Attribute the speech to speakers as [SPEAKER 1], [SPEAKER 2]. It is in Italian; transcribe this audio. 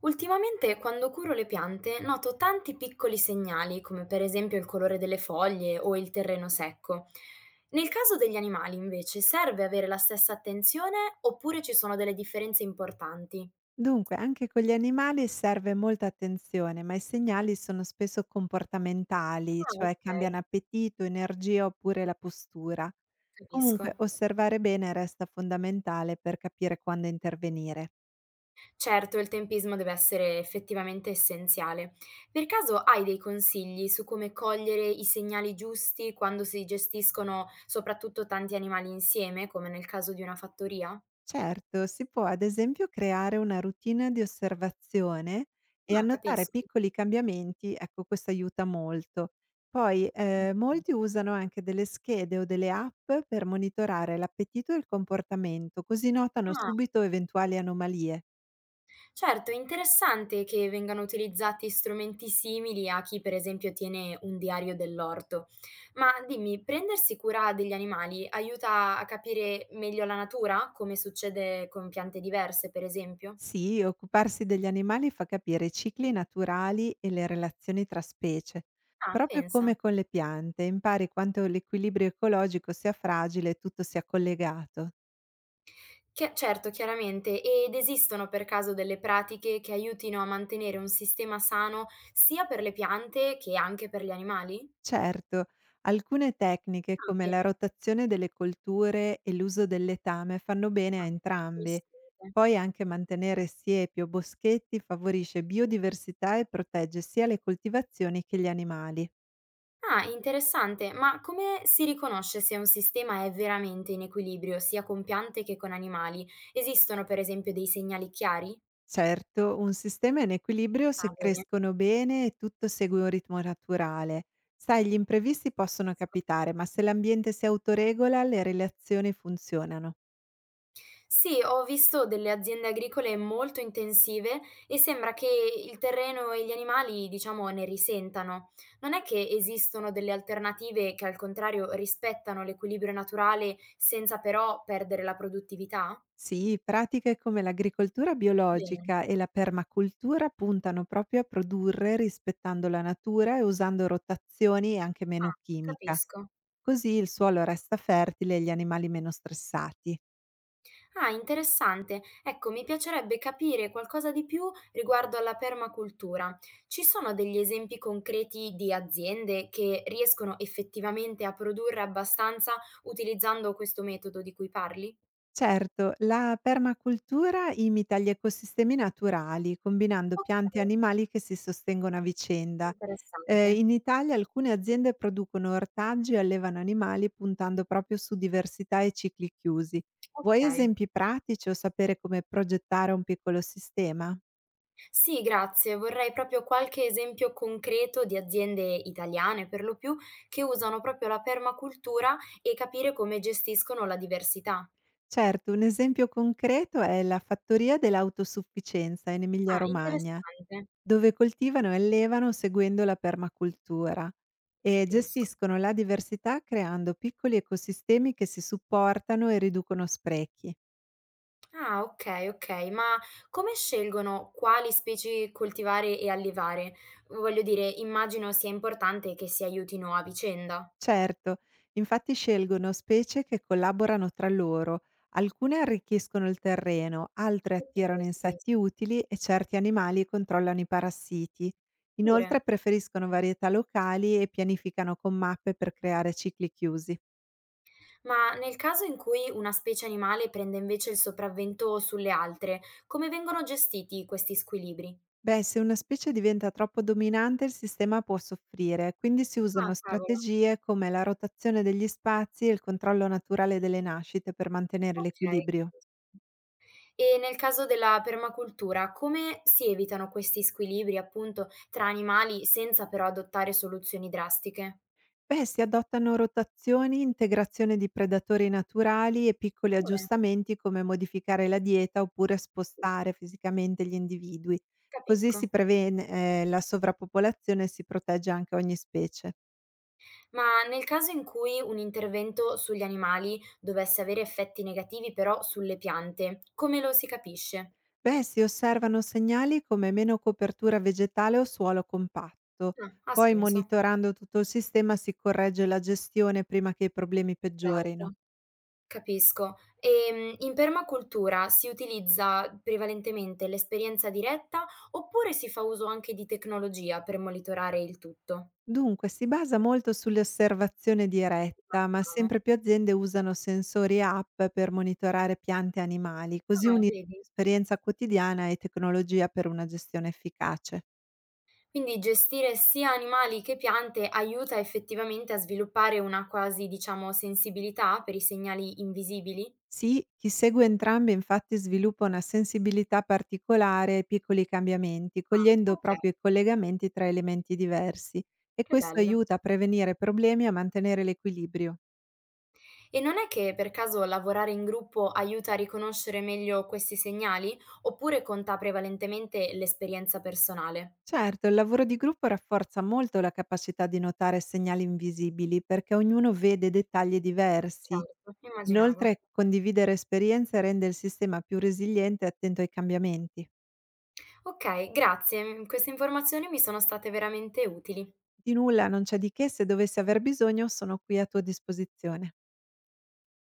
[SPEAKER 1] Ultimamente, quando curo le piante, noto tanti piccoli segnali, come per esempio il colore delle foglie o il terreno secco. Nel caso degli animali, invece, serve avere la stessa attenzione oppure ci sono delle differenze importanti?
[SPEAKER 2] Dunque, anche con gli animali serve molta attenzione, ma i segnali sono spesso comportamentali,
[SPEAKER 1] Ah,
[SPEAKER 2] cioè
[SPEAKER 1] ok,
[SPEAKER 2] cambiano appetito, energia oppure la postura. Comunque,
[SPEAKER 1] capisco.
[SPEAKER 2] osservare bene resta fondamentale per capire quando intervenire.
[SPEAKER 1] Certo, il tempismo deve essere effettivamente essenziale. Per caso hai dei consigli su come cogliere i segnali giusti quando si gestiscono soprattutto tanti animali insieme, come nel caso di una fattoria?
[SPEAKER 2] Certo, si può ad esempio creare una routine di osservazione e
[SPEAKER 1] Ah,
[SPEAKER 2] annotare
[SPEAKER 1] capisco.
[SPEAKER 2] piccoli cambiamenti, ecco questo aiuta molto. Poi molti usano anche delle schede o delle app per monitorare l'appetito e il comportamento, così notano
[SPEAKER 1] Ah,
[SPEAKER 2] subito eventuali anomalie.
[SPEAKER 1] certo, è interessante che vengano utilizzati strumenti simili a chi, per esempio, tiene un diario dell'orto. Ma dimmi, prendersi cura degli animali aiuta a capire meglio la natura, come succede con piante diverse, per esempio?
[SPEAKER 2] Sì, occuparsi degli animali fa capire i cicli naturali e le relazioni tra specie.
[SPEAKER 1] Ah,
[SPEAKER 2] Proprio
[SPEAKER 1] pensa.
[SPEAKER 2] come con le piante, impari quanto l'equilibrio ecologico sia fragile e tutto sia collegato.
[SPEAKER 1] Certo, chiaramente. Ed esistono per caso delle pratiche che aiutino a mantenere un sistema sano sia per le piante che anche per gli animali?
[SPEAKER 2] Certo, alcune tecniche
[SPEAKER 1] Ah,
[SPEAKER 2] come la
[SPEAKER 1] bene.
[SPEAKER 2] rotazione delle colture e l'uso del letame fanno bene a
[SPEAKER 1] Ah,
[SPEAKER 2] entrambi.
[SPEAKER 1] interessante.
[SPEAKER 2] Poi anche mantenere siepi o boschetti favorisce biodiversità e protegge sia le coltivazioni che gli animali.
[SPEAKER 1] Ah, interessante, ma come si riconosce se un sistema è veramente in equilibrio, sia con piante che con animali? Esistono per esempio dei segnali chiari?
[SPEAKER 2] Certo, un sistema è in equilibrio
[SPEAKER 1] Ah,
[SPEAKER 2] se
[SPEAKER 1] bene.
[SPEAKER 2] crescono bene e tutto segue un ritmo naturale. Sai, gli imprevisti possono
[SPEAKER 1] Capisco.
[SPEAKER 2] capitare, ma se l'ambiente si autoregola, le relazioni funzionano.
[SPEAKER 1] Sì, ho visto delle aziende agricole molto intensive e sembra che il terreno e gli animali, diciamo, ne risentano. Non è che esistono delle alternative che al contrario rispettano l'equilibrio naturale senza però perdere la produttività?
[SPEAKER 2] Sì, pratiche come l'agricoltura
[SPEAKER 1] Bene.
[SPEAKER 2] biologica e la permacultura puntano proprio a produrre rispettando la natura e usando rotazioni e anche meno
[SPEAKER 1] Ah,
[SPEAKER 2] chimica.
[SPEAKER 1] capisco.
[SPEAKER 2] Così il suolo resta fertile e gli animali meno stressati.
[SPEAKER 1] Ah, interessante. Ecco, mi piacerebbe capire qualcosa di più riguardo alla permacultura. Ci sono degli esempi concreti di aziende che riescono effettivamente a produrre abbastanza utilizzando questo metodo di cui parli?
[SPEAKER 2] Certo, la permacultura imita gli ecosistemi naturali, combinando
[SPEAKER 1] Ok,
[SPEAKER 2] piante e animali che si sostengono a vicenda.
[SPEAKER 1] interessante.
[SPEAKER 2] In Italia alcune aziende producono ortaggi e allevano animali puntando proprio su diversità e cicli chiusi. Vuoi
[SPEAKER 1] Ok.
[SPEAKER 2] esempi pratici o sapere come progettare un piccolo sistema?
[SPEAKER 1] Sì, grazie. Vorrei proprio qualche esempio concreto di aziende italiane, per lo più, che usano proprio la permacultura e capire come gestiscono la diversità.
[SPEAKER 2] Certo, un esempio concreto è la fattoria dell'autosufficienza in
[SPEAKER 1] Ah,
[SPEAKER 2] Emilia-Romagna.
[SPEAKER 1] interessante.
[SPEAKER 2] Dove coltivano e allevano seguendo la permacultura e
[SPEAKER 1] Capisco.
[SPEAKER 2] gestiscono la diversità creando piccoli ecosistemi che si supportano e riducono sprechi.
[SPEAKER 1] Ah, okay, okay. Ma come scelgono quali specie coltivare e allevare? Voglio dire, immagino sia importante che si aiutino a vicenda.
[SPEAKER 2] Certo, infatti scelgono specie che collaborano tra loro, alcune arricchiscono il terreno, altre
[SPEAKER 1] Okay,
[SPEAKER 2] attirano insetti
[SPEAKER 1] capisco.
[SPEAKER 2] utili e certi animali controllano i parassiti. Inoltre
[SPEAKER 1] Pure.
[SPEAKER 2] preferiscono varietà locali e pianificano con mappe per creare cicli chiusi.
[SPEAKER 1] Ma nel caso in cui una specie animale prende invece il sopravvento sulle altre, come vengono gestiti questi squilibri?
[SPEAKER 2] Beh, se una specie diventa troppo dominante il sistema può soffrire, quindi si
[SPEAKER 1] Ah,
[SPEAKER 2] usano
[SPEAKER 1] cavolo.
[SPEAKER 2] strategie come la rotazione degli spazi e il controllo naturale delle nascite per mantenere
[SPEAKER 1] Okay.
[SPEAKER 2] l'equilibrio.
[SPEAKER 1] E nel caso della permacultura, come si evitano questi squilibri, appunto, tra animali senza però adottare soluzioni drastiche?
[SPEAKER 2] Beh, si adottano rotazioni, integrazione di predatori naturali e piccoli
[SPEAKER 1] Pure.
[SPEAKER 2] aggiustamenti come modificare la dieta oppure spostare fisicamente gli individui. Così
[SPEAKER 1] Capisco.
[SPEAKER 2] si previene la sovrappopolazione e si protegge anche ogni specie.
[SPEAKER 1] Ma nel caso in cui un intervento sugli animali dovesse avere effetti negativi però sulle piante, come lo si capisce?
[SPEAKER 2] Beh, si osservano segnali come meno copertura vegetale o suolo compatto.
[SPEAKER 1] Ah, ha
[SPEAKER 2] Poi,
[SPEAKER 1] senso.
[SPEAKER 2] monitorando tutto il sistema, si corregge la gestione prima che i problemi peggiorino.
[SPEAKER 1] Certo, capisco. E in permacultura si utilizza prevalentemente l'esperienza diretta oppure si fa uso anche di tecnologia per monitorare il tutto?
[SPEAKER 2] Dunque, si basa molto sull'osservazione diretta, ma
[SPEAKER 1] Immaginavo.
[SPEAKER 2] sempre più aziende usano sensori e app per monitorare piante e animali, così
[SPEAKER 1] Ah,
[SPEAKER 2] unire
[SPEAKER 1] vedi.
[SPEAKER 2] esperienza quotidiana e tecnologia per una gestione efficace.
[SPEAKER 1] Quindi gestire sia animali che piante aiuta effettivamente a sviluppare una quasi, diciamo, sensibilità per i segnali invisibili?
[SPEAKER 2] Sì, chi segue entrambe infatti sviluppa una sensibilità particolare ai piccoli cambiamenti,
[SPEAKER 1] Ah,
[SPEAKER 2] cogliendo
[SPEAKER 1] ok,
[SPEAKER 2] proprio i collegamenti tra elementi diversi e
[SPEAKER 1] che
[SPEAKER 2] questo
[SPEAKER 1] bello.
[SPEAKER 2] aiuta a prevenire problemi e a mantenere l'equilibrio.
[SPEAKER 1] E non è che per caso lavorare in gruppo aiuta a riconoscere meglio questi segnali, oppure conta prevalentemente l'esperienza personale?
[SPEAKER 2] Certo, il lavoro di gruppo rafforza molto la capacità di notare segnali invisibili perché ognuno vede dettagli diversi.
[SPEAKER 1] Certo, immaginavo.
[SPEAKER 2] Inoltre, condividere esperienze rende il sistema più resiliente e attento ai cambiamenti.
[SPEAKER 1] Ok, grazie. Queste informazioni mi sono state veramente utili.
[SPEAKER 2] Di nulla, non c'è di che, se dovessi aver bisogno sono qui a tua disposizione.